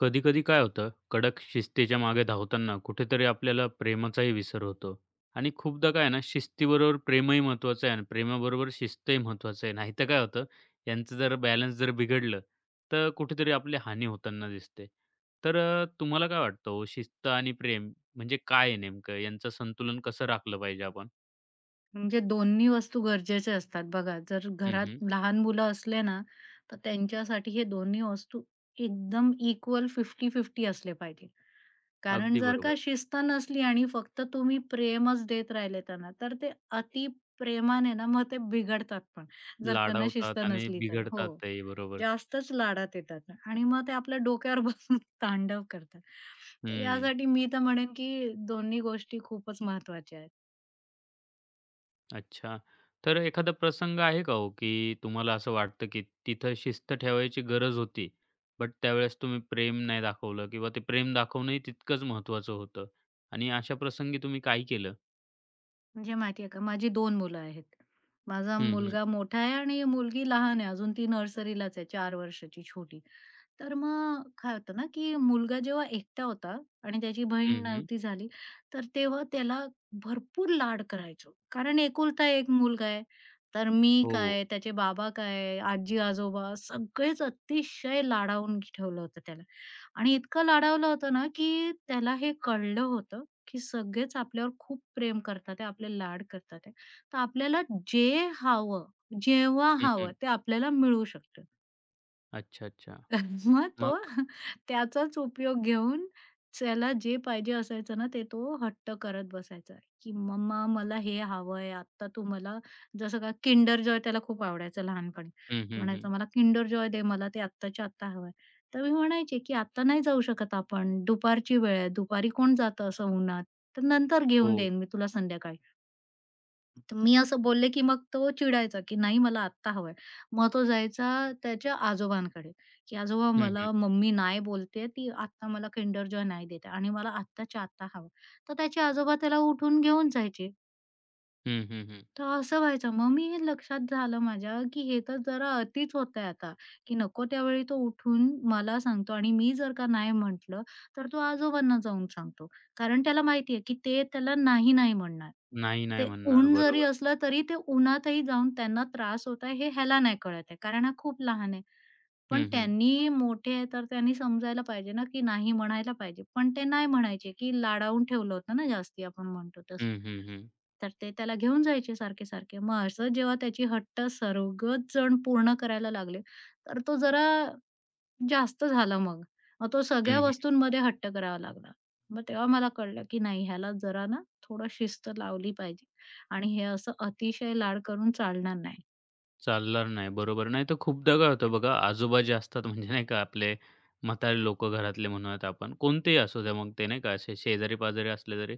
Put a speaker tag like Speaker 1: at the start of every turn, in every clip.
Speaker 1: कधी-कधी काय होतं, कडक शिस्तीच्या मागे धावताना कुठेतरी आपल्याला प्रेमाचाही विसर होतो. आणि खूपदा काय आहे ना, शिस्तीबरोबर प्रेमही महत्त्वाचं आहे आणि प्रेमाबरोबर शिस्तही महत्त्वाचं आहे. नाहीतर काय होतं, यांचं बॅलन्स जर बिघडलं, तर कुठेतरी आपली हानी होताना दिसते. तर तुम्हाला काय वाटतं हो, शिस्त आणि प्रेम म्हणजे काय आहे नेमकं? यांचं संतुलन कसं राखलं पाहिजे आपण?
Speaker 2: म्हणजे दोन्ही वस्तू गरजेच्या असतात बघा. जर
Speaker 1: हं,
Speaker 2: घरात
Speaker 1: हं.
Speaker 2: लहान मुलं असले ना, तर त्यांच्यासाठी हे दोन्ही वस्तू एकदम इक्वल फिफ्टी-फिफ्टी असले पाहिजे. कारण
Speaker 1: अगदी
Speaker 2: जर का
Speaker 1: बरोबर.
Speaker 2: शिस्त नसली आणि फक्त तुम्ही प्रेमच देत राहिले त्यांना, तर ते अति प्रेमाने ना मग ते बिघडतात पण, जर त्यांना शिस्त
Speaker 1: लाडावतात आणि
Speaker 2: नसली तर. हो.
Speaker 1: बिघडतातही. बरोबर.
Speaker 2: जास्तच लाडात येतात आणि मग ते आपल्या डोक्यावर बसून तांडव करतात. तर
Speaker 1: हं.
Speaker 2: यासाठी मी तर म्हणेन की दोन्ही गोष्टी खूपच महत्त्वाच्या आहेत.
Speaker 1: अच्छा. तर एखादा प्रसंग आहे का हो, की तुम्हाला असं वाटतं, की तिथं शिस्त ठेवायची गरज होती, बट त्यावेळेस तुम्ही प्रेम नाही दाखवलं किंवा ते प्रेम दाखवणंही तितकंच महत्त्वाचं होतं आणि अशा प्रसंगी तुम्ही काय केलं?
Speaker 2: म्हणजे माहिती आहे का, माझी 2 मुलं आहेत. माझा
Speaker 1: हं, हं.
Speaker 2: मुलगा मोठा आहे आणि मुलगी लहान आहे. अजून ती नर्सरीलाच आहे, 4 वर्षाची छोटी. तर मग काय होतं ना, की मुलगा जेव्हा एकटा होता आणि त्याची बहीण
Speaker 1: हं, हं.
Speaker 2: नव्हती झाली, तर तेव्हा त्याला भरपूर लाड करायचो. कारण एकुलता एक मुलगा आहे. तर मी
Speaker 1: हो.
Speaker 2: काय, त्याचे बाबा काय, आजी-आजोबा सगळेच अतिशय लाडावून ठेवलं होतं त्याला. आणि इतकं लाडावलं होतं ना, की त्याला हे कळलं होतं, की सगळेच आपल्यावर खूप प्रेम करतात आहे, आपले लाड करतात आहे. तर आपल्याला जे हवं, जेव्हा
Speaker 1: हं,
Speaker 2: हवं
Speaker 1: हं.
Speaker 2: ते आपल्याला मिळू शकतं.
Speaker 1: अच्छा, अच्छा.
Speaker 2: मग तो
Speaker 1: मग?
Speaker 2: त्याचाच उपयोग घेऊन त्याला जे पाहिजे असायचं ना, ते तो हट्ट करत बसायचा, की "मम्मा मला हे हवंय, आत्ता तू मला" जसं का Kinder Joy त्याला खूप आवडायचं लहानपणी.
Speaker 1: हं, हं, हं.
Speaker 2: म्हणायचा, "मला Kinder Joy दे, मला ते आत्ताच्या आत्ता हवंय." तर मी म्हणायचे, की "आत्ता नाही जाऊ शकत आपण, दुपारची वेळ आहे, दुपारी कोण जातं असं उन्हात, तर नंतर
Speaker 1: हो.
Speaker 2: घेऊन देईन मी तुला संध्याकाळी." तर मी असं बोलले, की मग तो चिडायचा, की "नाही मला आत्ता हवंय." मग तो जायचा त्याच्या आजोबांकडे, की "आजोबा
Speaker 1: हं, हं.
Speaker 2: मला मम्मी नाही बोलतेय, ती आत्ता मला किंडर जॉय नाही देत आणि मला आत्ताच्या आत्ता हवं." तर त्याचे आजोबा त्याला उठून घेऊन जायचे.
Speaker 1: हं, हं, हं.
Speaker 2: तर असं व्हायचं. मग मी हे लक्षात झालं माझ्या, की हे तर जरा अतिच होतंय आता, की नको त्यावेळी तो उठून मला सांगतो आणि मी जर का नाही म्हटलं, तर तो आजोबांना जाऊन सांगतो. कारण त्याला माहिती आहे, की ते त्याला नाही, नाही म्हणणार.
Speaker 1: नाही, नाही
Speaker 2: ते
Speaker 1: म्हणणार.
Speaker 2: ऊन जरी
Speaker 1: बरोबर.
Speaker 2: असलं, तरी ते उन्हातही जाऊन त्यांना त्रास होत आहे, हे ह्याला नाही कळत आहे, कारण हा खूप लहान आहे. पण
Speaker 1: हं, हं.
Speaker 2: त्यांनी मोठे आहे तर त्यांनी समजायला पाहिजे ना, की नाही म्हणायला पाहिजे. पण ते नाही म्हणायचे, की लाडावून ठेवलं होतं ना जास्ती आपण म्हणतो तसं.
Speaker 1: हं, हं, हं.
Speaker 2: तर ते त्याला घेऊन जायचे सारखे-सारखे. मग असं जेव्हा त्याची हट्ट सर्वच जण पूर्ण करायला लागले, तर तो जरा जास्त झाला मग. मग तो सगळ्या
Speaker 1: हं,
Speaker 2: वस्तूंमध्ये हट्ट करावा लागला. मग तेव्हा मला कळलं, की नाही ह्याला जरा ना थोडं शिस्त लावली पाहिजे आणि हे असं अतिशय लाड करून चालणार नाही.
Speaker 1: चालणार नाही. बरोबर. नाहीतर खूपदा काय होतं बघा, आजोबा जे असतात म्हणजे नाही का आपले म्हातारे लोकं घरातले म्हणूयात आपण, कोणतेही असू द्या मग ते नाही का असे शेजारी-पाजारी असले तरी,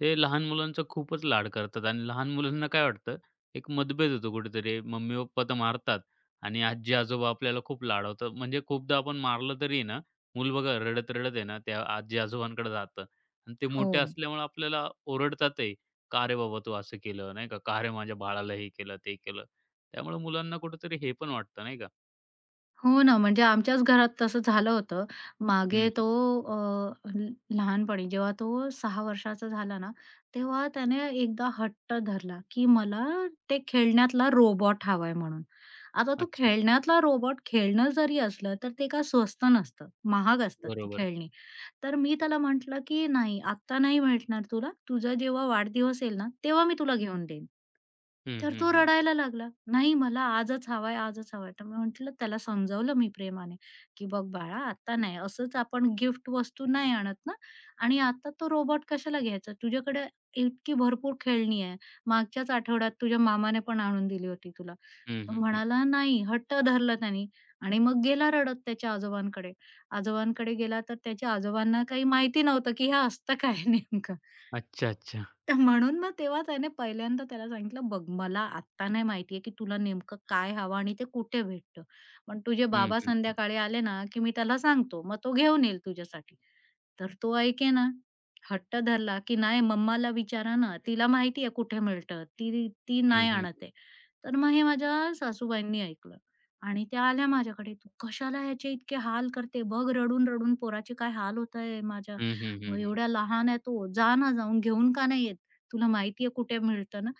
Speaker 1: ते लहान मुलांचा खूपच लाड करतात आणि लहान मुलांना काय वाटतं, एक मतभेद होतो कुठेतरी. मम्मी-पप्पा तर मारतात आणि आजी-आजोबा आपल्याला खूप लाडवतात. म्हणजे खूपदा आपण मारलं तरी ना, मूल बघा रडत-रडत आहे ना त्या आजी-आजोबांकडे जातं आणि ते
Speaker 2: हो.
Speaker 1: मोठे असल्यामुळे आपल्याला ओरडतातही. "का रे बाबा तू असं केलं?" नाही का, "का रे माझ्या बाळाला हे केलं, ते केलं?" त्यामुळे मुलांना कुठेतरी हे पण वाटतं नाही का?
Speaker 2: हो ना, म्हणजे आमच्याच घरात तसं झालं होतं.
Speaker 1: हं,
Speaker 2: मागे
Speaker 1: हं.
Speaker 2: तो अ, ल लहानपणी जेव्हा तो 6 वर्षाचा झाला ना, तेव्हा त्याने एकदा हट्ट धरला, की मला ते खेळण्यातला रोबोट हवाय म्हणून. आता तो
Speaker 1: अच्छा.
Speaker 2: खेळण्यातला रोबोट खेळणं जरी असलं, तर ते काय स्वस्त नसतं, महाग असतात ती
Speaker 1: बरोबर.
Speaker 2: खेळणी. तर मी त्याला म्हटलं, की "नाही, आत्ता नाही भेटणार तुला. तुझा जेव्हा वाढदिवस येईल ना, तेव्हा मी तुला घेऊन देईन."
Speaker 1: हं,
Speaker 2: तर
Speaker 1: हं,
Speaker 2: तो
Speaker 1: हं.
Speaker 2: रडायला लागला, "नाही मला आजच हवाय, आजच हवाय." तर मी म्हटलं त्याला समजावलं मी प्रेमाने, की "बघ बाळा आता नाही, असंच आपण गिफ्ट वस्तू नाही आणत ना आणि आता तो रोबोट कशाला घ्यायचा? तुझ्याकडे इतकी भरपूर खेळणी आहे. मागच्याच आठवड्यात तुझ्या मामाने पण आणून दिली होती तुला."
Speaker 1: हं,
Speaker 2: तो
Speaker 1: हं, हं.
Speaker 2: म्हणाला नाही, हट्ट धरला त्यानी आणि मग गेला रडत त्याच्या आजोबांकडे. आजोबांकडे गेला तर त्याच्या आजोबांना काही माहिती नव्हतं, की हे असतं काय नेमकं.
Speaker 1: अच्छा, अच्छा.
Speaker 2: तर म्हणून मग तेव्हा त्याने पहिल्यांदा त्याला सांगितलं, "बघ मला आत्ता नाही माहिती की तुला नेमकं काय हवं आणि ते कुठे भेटतं. पण तुझे
Speaker 1: हं,
Speaker 2: बाबा
Speaker 1: हं, हं.
Speaker 2: संध्याकाळी आले ना, की मी त्याला सांगतो. मग तो घेऊन येईल तुझ्यासाठी." तर तो ऐके ना हट्ट धरला, की "नाही मम्माला विचारा ना, तिला माहिती आहे कुठे मिळतं. ती ती
Speaker 1: हं,
Speaker 2: नाही
Speaker 1: हं.
Speaker 2: आणत आहे." तर मग हे माझ्या सासूबाईंनी ऐकलं आणि त्या आल्या माझ्याकडे, "तू कशाला ह्याचे इतके हाल करते? बघ रडून-रडून पोराचे काय हाल होत आहे माझ्या.
Speaker 1: हं, हं,
Speaker 2: व
Speaker 1: हं, हं.
Speaker 2: एवढ्या लहान आहे तो. जा ना, जाऊन घेऊन का नाही येत?" तुला माहिती आहे कुठे मिळतं ना?"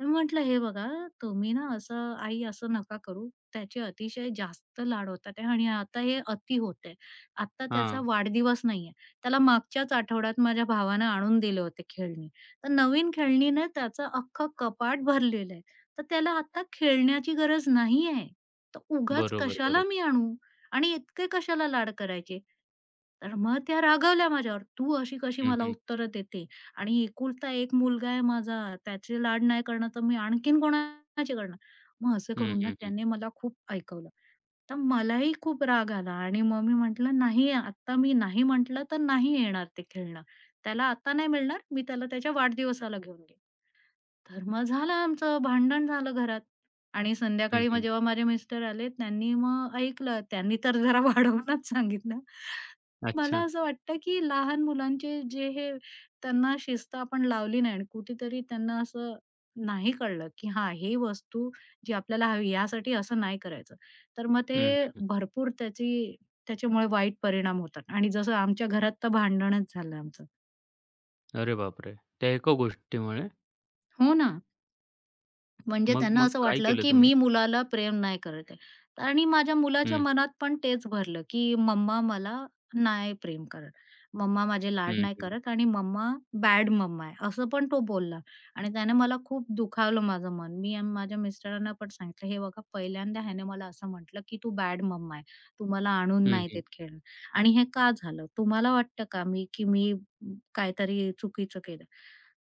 Speaker 2: तर मी म्हटलं, "हे बघा, तुम्ही ना असं आई असं नका करू. त्याचे अतिशय जास्त लाड होतात आहे आणि आता हे अति होत आहे. आत्ता त्याचा
Speaker 1: हां.
Speaker 2: वाढदिवस नाही आहे. त्याला मागच्याच आठवड्यात माझ्या भावानं आणून दिले होते खेळणी. तर नवीन खेळणीने त्याचं अख्खं कपाट भरलेलं आहे. तर त्याला आता खेळण्याची गरज नाही आहे. तर उगाच
Speaker 1: बरोबर,
Speaker 2: कशाला
Speaker 1: बरोबर.
Speaker 2: मी आणू? आणि इतके कशाला लाड करायचे?" तर मग त्या रागावल्या माझ्यावर. "तू अशी कशी
Speaker 1: हं,
Speaker 2: मला
Speaker 1: हं.
Speaker 2: उत्तरं देते? आणि एकुलता एक मुलगा आहे माझा, त्याचे लाड नाही करणार तर मी आणखीन कोणाचे करणार? मग असं
Speaker 1: हं,
Speaker 2: करून ना
Speaker 1: हं, हं.
Speaker 2: त्याने मला खूप ऐकवलं. तर मलाही खूप राग आला आणि मग मी म्हटलं, "नाही, आत्ता मी नाही म्हटलं तर नाही येणार ते खेळणं. त्याला आता नाही मिळणार, मी त्याला त्याच्या वाढदिवसाला घेऊन येईन." तर मग झालं आमचं भांडण झालं घरात आणि
Speaker 1: हं,
Speaker 2: संध्याकाळी मग
Speaker 1: हं.
Speaker 2: जेव्हा माझे मिस्टर आले त्यांनी मग ऐकलं. त्यांनी तर जरा वाढवूनच सांगितलं. मला
Speaker 1: अच्छा.
Speaker 2: असं वाटतं, की लहान मुलांचे जे हे त्यांना शिस्त आपण लावली नाही आणि कुठेतरी त्यांना असं नाही कळलं, की हां, ही वस्तू जी आपल्याला हवी यासाठी असं नाही करायचं. तर मग ते
Speaker 1: हं, हं, हं.
Speaker 2: भरपूर त्याची त्याच्यामुळे वाईट परिणाम होतात आणि जसं आमच्या घरात तर भांडणच झालं आमचं.
Speaker 1: अरे बापरे! त्या एका गोष्टीमुळे
Speaker 2: हो ना. म्हणजे
Speaker 1: मग
Speaker 2: त्यांना
Speaker 1: मग
Speaker 2: असं
Speaker 1: काय
Speaker 2: वाटलं,
Speaker 1: केलं
Speaker 2: की
Speaker 1: तुम्ही?
Speaker 2: मी मुलाला प्रेम नाही करत आहे. आणि माझ्या
Speaker 1: हं,
Speaker 2: मुलाच्या
Speaker 1: हं.
Speaker 2: मनात पण तेच भरलं, की मम्मा मला नाही प्रेम करत. मम्मा माझे लाड
Speaker 1: हं,
Speaker 2: नाही
Speaker 1: हं.
Speaker 2: करत आणि मम्मा बॅड मम्मा आहे, असं पण तो बोलला. आणि त्याने मला खूप दुखावलं माझं मन. मी आणि माझ्या मिस्टरांना पण सांगितलं, "हे बघा, पहिल्यांदा ह्याने मला असं म्हटलं, की तू बॅड मम्मा आहे. तू मला आणून
Speaker 1: हं,
Speaker 2: नाही
Speaker 1: हं.
Speaker 2: देत खेळणं आणि हे का झालं? तुम्हाला वाटतं का मी की मी काहीतरी चुकीचं केलं?"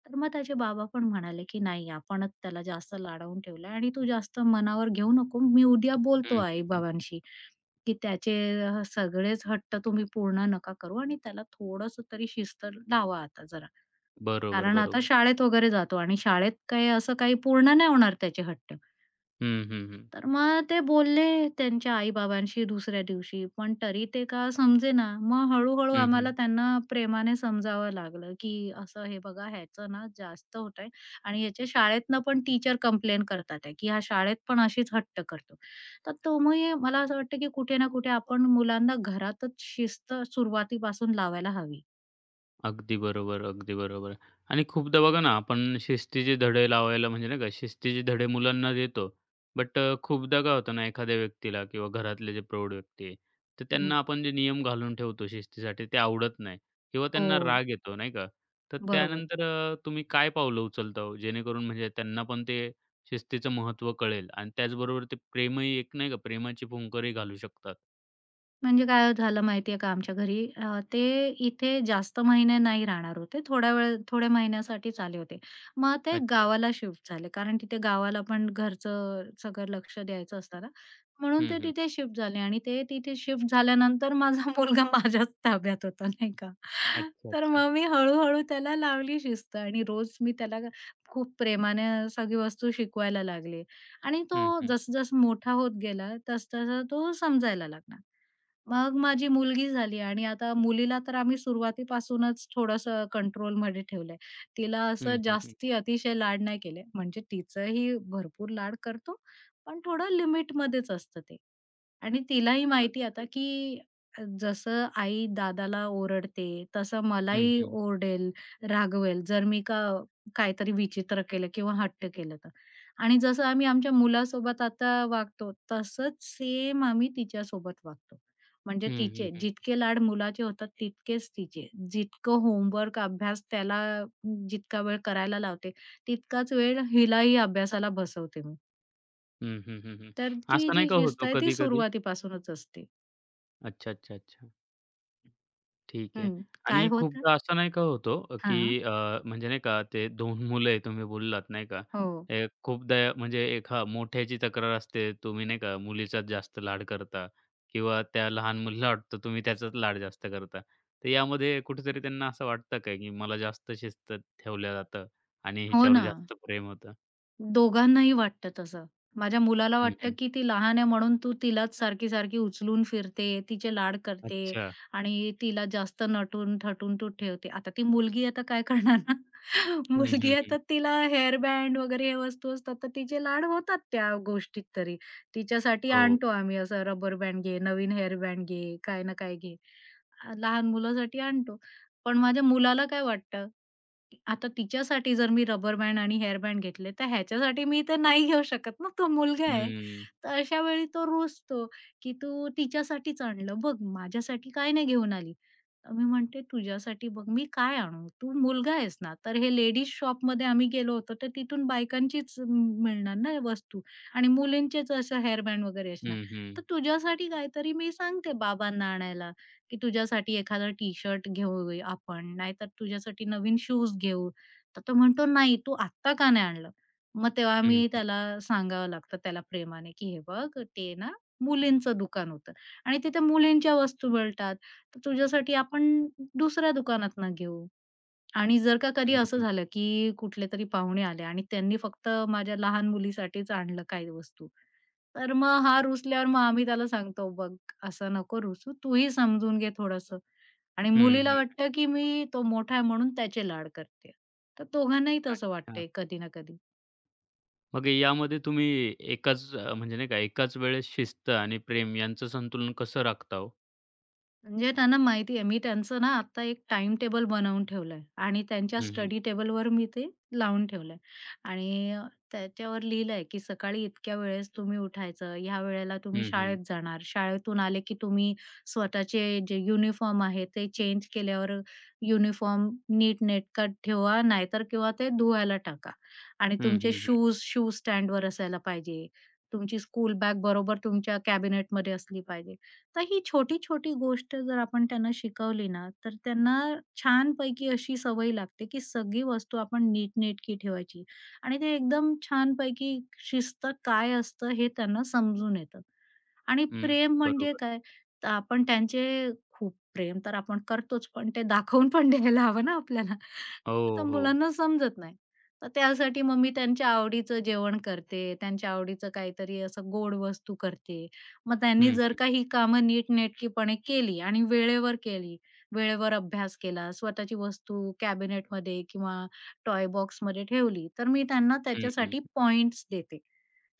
Speaker 2: तर मग त्याचे बाबा पण म्हणाले, की "नाही, आपणच त्याला जास्त लाडावून ठेवलं आणि तू जास्त मनावर घेऊ नको. मी उद्या बोलतो
Speaker 1: हं, हं,
Speaker 2: आई-बाबांशी, की त्याचे सगळेच हट्ट तुम्ही पूर्ण नका करू आणि त्याला थोडंसं तरी शिस्त लावा आता जरा.
Speaker 1: बरोबर,
Speaker 2: कारण आता
Speaker 1: बरोबर.
Speaker 2: शाळेत वगैरे जातो आणि शाळेत काही असं काही पूर्ण नाही होणार त्याचे हट्ट."
Speaker 1: हं, हं, हं.
Speaker 2: तर मग ते बोलले त्यांच्या आई-बाबांशी दुसऱ्या दिवशी, पण तरी ते का समजेना. मग हळू-हळू
Speaker 1: हं,
Speaker 2: आम्हाला
Speaker 1: हं.
Speaker 2: त्यांना प्रेमाने समजावं लागलं, की असं हे बघा ह्याचं ना जास्त होतंय आणि याच्या शाळेतनं पण टीचर कंप्लेन करतात आहे, की हा शाळेत पण अशीच हट्ट करतो. तर तो मग मला असं वाटतं, की कुठे ना कुठे आपण मुलांना घरातच शिस्त सुरुवातीपासून लावायला हवी.
Speaker 1: अगदी बरोबर, अगदी बरोबर. आणि खूपदा बघा ना, आपण शिस्तीचे धडे लावायला म्हणजे नाही का, शिस्तीचे धडे मुलांना देतो. बट खूपदा काय होतं ना, एखाद्या व्यक्तीला किंवा घरातले जे प्रौढ व्यक्ती आहे, तर
Speaker 2: हं.
Speaker 1: त्यांना आपण जे नियम घालून ठेवतो शिस्तीसाठी ते आवडत नाही किंवा त्यांना
Speaker 2: हो,
Speaker 1: राग येतो, नाही का? तर
Speaker 2: बरोबर.
Speaker 1: त्यानंतर तुम्ही काय पावलं उचलता हो? जेणेकरून म्हणजे त्यांना पण ते शिस्तीचं महत्त्व कळेल आणि त्याचबरोबर ते प्रेमही एक नाही का, प्रेमाची फुंकरही घालू शकतात.
Speaker 2: म्हणजे काय झालं माहितीये का आमच्या घरी ते इथे जास्त महिने नाही राहणार होते. थोड्या वेळ थोड्या महिन्यासाठीच आले होते. मग ते
Speaker 1: अच्छा.
Speaker 2: गावाला शिफ्ट झाले. कारण तिथे गावाला पण घरचं सगळं लक्ष द्यायचं असतं ना, म्हणून
Speaker 1: हं,
Speaker 2: ते
Speaker 1: हं.
Speaker 2: तिथे शिफ्ट झाले आणि ते तिथे शिफ्ट झाल्यानंतर माझा मुलगा माझ्याच ताब्यात होता नाही का.
Speaker 1: अच्छा,
Speaker 2: तर
Speaker 1: अच्छा.
Speaker 2: मग मी हळू त्याला लावली शिस्त आणि रोज मी त्याला खूप प्रेमाने सगळी वस्तू शिकवायला लागले आणि तो
Speaker 1: हं, हं.
Speaker 2: जसं मोठा होत गेला, तसं-तसं तो समजायला लागला. मग माझी मुलगी झाली आणि आता मुलीला तर आम्ही सुरुवातीपासूनच थोडंसं कंट्रोलमध्ये ठेवलंय. तिला असं
Speaker 1: हं, हं, हं.
Speaker 2: जास्ती अतिशय लाड नाही केले. म्हणजे तिचंही भरपूर लाड करतो, पण थोडं लिमिटमध्येच असतं ते. आणि तिलाही माहिती आता,
Speaker 1: अच्छा.
Speaker 2: की जसं आई दादाला ओरडते, तसं
Speaker 1: हं,
Speaker 2: मलाही
Speaker 1: हं.
Speaker 2: ओरडेल, रागवेल जर मी का काहीतरी विचित्र केलं किंवा हट्ट केलं तर. आणि जसं आम्ही आमच्या मुलासोबत आता वागतो, तसंच सेम आम्ही तिच्यासोबत वागतो. म्हणजे
Speaker 1: हं, हं,
Speaker 2: तिचे
Speaker 1: हं.
Speaker 2: जितके लाड मुलाचे होतात, तितकेच तिचे. जितकं होमवर्क, अभ्यास त्याला जितका वेळ करायला लावते, तितकाच वेळ हिलाही अभ्यासाला बसवते मी.
Speaker 1: हं, हं, हं, हं.
Speaker 2: तर ती
Speaker 1: असं नाही
Speaker 2: जी
Speaker 1: का
Speaker 2: शिस्त
Speaker 1: होतो
Speaker 2: आहे, ती
Speaker 1: कधी-कधी?
Speaker 2: सुरुवातीपासूनच असते.
Speaker 1: अच्छा, अच्छा, अच्छा. ठीक आहे.
Speaker 2: हं, काय
Speaker 1: आणि
Speaker 2: होतं?
Speaker 1: खूपदा असं नाही का होतो, की
Speaker 2: हां.
Speaker 1: म्हणजे नाही का ते 2 मुलं आहे तुम्ही बोललात नाही का?
Speaker 2: हो.
Speaker 1: हे खूपदा म्हणजे एक हां, मोठ्याची तक्रार असते, तुम्ही नाही का मुलीचाच जास्त लाड करता किंवा त्या लहान मुलीला वाटतं तुम्ही त्याचाच लाड जास्त करता. तर यामध्ये कुठेतरी त्यांना असं वाटतं का, की मला जास्त शिस्त ठेवलं जातं आणि
Speaker 2: हो
Speaker 1: हिच्यावर
Speaker 2: ना.
Speaker 1: जास्त प्रेम होतं?
Speaker 2: दोघांनाही वाटतं तसं. माझ्या मुलाला
Speaker 1: हं,
Speaker 2: वाटतं,
Speaker 1: हं.
Speaker 2: की ती लहान आहे म्हणून तू तिलाच सारखी-सारखी उचलून फिरते, तिचे लाड करते
Speaker 1: अच्छा.
Speaker 2: आणि तिला जास्त नटून-थटून तू ठेवते. आता ती मुलगी आता काय करणार ना?
Speaker 1: हं, हं,
Speaker 2: मुलगी
Speaker 1: हं.
Speaker 2: आता तिला हेअर बँड वगैरे हे वस्तू असतात, तर तिचे लाड होतात त्या गोष्टीत तरी. तिच्यासाठी
Speaker 1: हो.
Speaker 2: आणतो आम्ही असं रबर बँड घे, नवीन हेअर बँड घे, काय ना काय घे. लहान मुलासाठी आणतो. पण माझ्या मुलाला काय वाटतं? आता तिच्यासाठी जर मी रबर बँड आणि हेअर बँड घेतले, तर ह्याच्यासाठी मी तर नाही घेऊ शकत ना, तो मुलगा आहे.
Speaker 1: हं.
Speaker 2: तर अशा वेळी तो रुसतो, की "तू तिच्यासाठीच आणलं बघ, माझ्यासाठी काय नाही घेऊन आली?" तर मी म्हणते, "तुझ्यासाठी बघ मी काय आणू? तू मुलगा आहेस ना." तर हे लेडीज शॉपमध्ये आम्ही गेलो होतो, तर तिथून बायकांचीच मिळणार ना वस्तू आणि मुलींचेच असं हेअर बँड वगैरे असणार.
Speaker 1: हं, हं.
Speaker 2: तर तुझ्यासाठी काहीतरी मी सांगते बाबांना आणायला. की तुझ्यासाठी एखादा टी-शर्ट घेऊ आपण, नाहीतर तुझ्यासाठी नवीन शूज घेऊ. तर तो म्हणतो, "नाही, तू आत्ता का नाही आणलं?" मग तेव्हा
Speaker 1: हं,
Speaker 2: मी
Speaker 1: हं.
Speaker 2: त्याला सांगावं लागतं त्याला प्रेमाने, की "हे बघ, ते ना मुलींचं दुकान होतं आणि तिथे मुलींच्या वस्तू मिळतात. तर तुझ्यासाठी आपण दुसऱ्या दुकानातनं घेऊ." आणि जर का कधी
Speaker 1: हं,
Speaker 2: असं
Speaker 1: हं.
Speaker 2: झालं, की कुठले तरी पाहुणे आले आणि त्यांनी फक्त माझ्या लहान मुलीसाठीच आणलं काही वस्तू, तर मग हा रुसल्यावर मग आम्ही त्याला सांगतो, "बघ असं नको रुसू, तूही समजून घे थोडंसं." आणि
Speaker 1: हं,
Speaker 2: मुलीला वाटतं, की मी तो मोठा आहे म्हणून त्याचे लाड करते. तर दोघांनाही तसं
Speaker 1: अच्छा.
Speaker 2: वाटतंय कधी ना कधी.
Speaker 1: मग यामध्ये तुम्ही म्हणजे नाही का एकाच वेळेस शिस्त आणि प्रेम यांचं संतुलन कसं राखता हो?
Speaker 2: म्हणजे त्यांना माहिती आहे. मी त्यांचं ना आता एक टाईम टेबल बनवून ठेवलंय आणि त्यांच्या
Speaker 1: हं, हं.
Speaker 2: स्टडी टेबलवर मी ते लावून ठेवलंय आणि त्याच्यावर लिहिलंय, की सकाळी इतक्या वेळेस तुम्ही उठायचं, ह्या वेळेला तुम्ही
Speaker 1: हं, हं.
Speaker 2: शाळेत जाणार, शाळेतून आले की तुम्ही स्वतःचे जे युनिफॉर्म आहे ते चेंज केल्यावर युनिफॉर्म नीटनेटकं ठेवा, नाहीतर किंवा ते धुवायला टाका आणि
Speaker 1: हं,
Speaker 2: तुमचे
Speaker 1: हं, हं.
Speaker 2: शूज शू स्टँडवर असायला पाहिजे. तुमची स्कूल बॅग बरोबर तुमच्या कॅबिनेटमध्ये असली पाहिजे. तर ही छोटी-छोटी गोष्ट जर आपण त्यांना शिकवली ना, तर त्यांना छानपैकी अशी सवय लागते, की सगळी वस्तू आपण नीटनेटकी ठेवायची आणि ते एकदम छानपैकी शिस्त काय असतं हे त्यांना समजून येतं. आणि
Speaker 1: हं.
Speaker 2: प्रेम म्हणजे
Speaker 1: बरोबर.
Speaker 2: काय? तर आपण त्यांचे खूप प्रेम तर आपण करतोच, पण ते दाखवून पण द्यायला हवं ना आपल्याला.
Speaker 1: हो,
Speaker 2: ते तर
Speaker 1: हो.
Speaker 2: मुलांना समजत नाही. तर त्यासाठी मग मी त्यांच्या आवडीचं जेवण करते, त्यांच्या आवडीचं काहीतरी असं गोड वस्तू करते. मग त्यांनी
Speaker 1: हं,
Speaker 2: जर
Speaker 1: हं.
Speaker 2: का ही कामं नीटनेटकीपणे केली आणि वेळेवर केली, वेळेवर अभ्यास केला, स्वतःची वस्तू कॅबिनेटमध्ये किंवा टॉय बॉक्समध्ये ठेवली, तर मी त्यांना
Speaker 1: हं, हं.
Speaker 2: त्याच्यासाठी पॉइंट्स देते.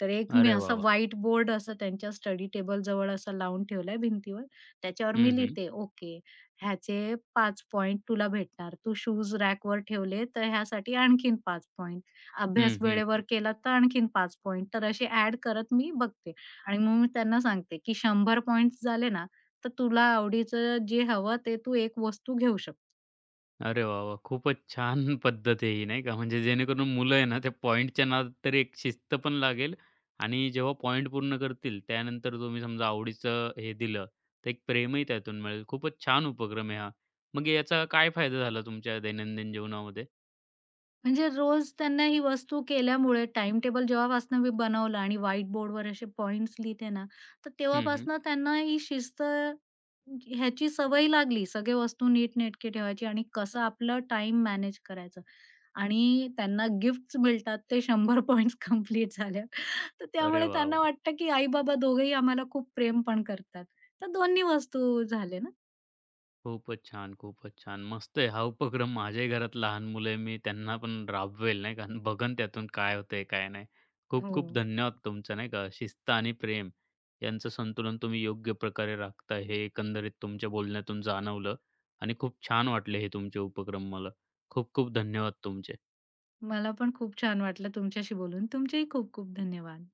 Speaker 2: तर एक मी
Speaker 1: अरे वाह,
Speaker 2: असा
Speaker 1: वाह!
Speaker 2: व्हाईट बोर्ड असं त्यांच्या स्टडी टेबल जवळ असा लावून ठेवलाय भिंतीवर. त्याच्यावर
Speaker 1: हं,
Speaker 2: मी
Speaker 1: हं.
Speaker 2: लिहिते, ओके ह्याचे 5 पॉइंट तुला भेटणार. तू शूज रॅकवर ठेवले तर ह्यासाठी आणखीन 5 पॉइंट. अभ्यास
Speaker 1: हं,
Speaker 2: वेळेवर केला तर आणखीन 5 पॉइंट. तर असे ॲड करत मी बघते आणि मग मी त्यांना सांगते, की 100 पॉइंट्स झाले ना, तर तुला आवडीचं जे हवं ते तू एक वस्तू घेऊ शकतो.
Speaker 1: अरे वाह, वाह! खूपच छान पद्धत आहे ही नाही का. म्हणजे जेणेकरून मुलं आहे ना, त्या पॉइंटच्या नादात तरी एक शिस्त पण लागेल आणि जेव्हा पॉइंट पूर्ण करतील, त्यानंतर तुम्ही समजा आवडीचं हे दिलं, तर एक प्रेमही त्यातून मिळेल. खूपच छान उपक्रम आहे हा. मग याचा काय फायदा झाला तुमच्या दैनंदिन जीवनामध्ये?
Speaker 2: म्हणजे रोज त्यांना ही वस्तू केल्यामुळे टाईमटेबल जेव्हापासनं मी बनवलं आणि व्हाईट बोर्डवर असे पॉइंट्स लिहिते ना, तर
Speaker 1: हं, हं.
Speaker 2: तेव्हापासनं त्यांना ही शिस्त ह्याची सवय लागली. सगळे वस्तू नीटनेटके ठेवायची आणि कसं आपलं टाईम मॅनेज करायचं आणि त्यांना गिफ्ट्स मिळतात. ते 100 पॉइंट्स कंप्लीट झाल्यावर. तर
Speaker 1: अरे
Speaker 2: त्यामुळे
Speaker 1: वाह,
Speaker 2: त्यांना
Speaker 1: वाह!
Speaker 2: वाटतं, की आई-बाबा दोघेही आम्हाला खूप प्रेम पण करतात. तर दोन्ही वस्तू झाले ना.
Speaker 1: खूपच छान, खूपच छान. मस्त आहे हा उपक्रम. माझ्याही घरात लहान मुलं आहे. मी त्यांना पण राबवेल नाही का. बघन त्यातून काय होतंय, काय नाही. खूप
Speaker 2: हो.
Speaker 1: खूप धन्यवाद तुमचं नाही का. शिस्त आणि प्रेम यांचं संतुलन तुम्ही योग्य प्रकारे राखता हे एकंदरीत तुमच्या बोलण्यातून जाणवलं आणि खूप छान वाटले हे तुमचे उपक्रम मला. खूप खूप धन्यवाद तुमचे.
Speaker 2: मला पण खूप छान वाटलं तुमच्याशी बोलून. तुमचेही खूप खूप धन्यवाद.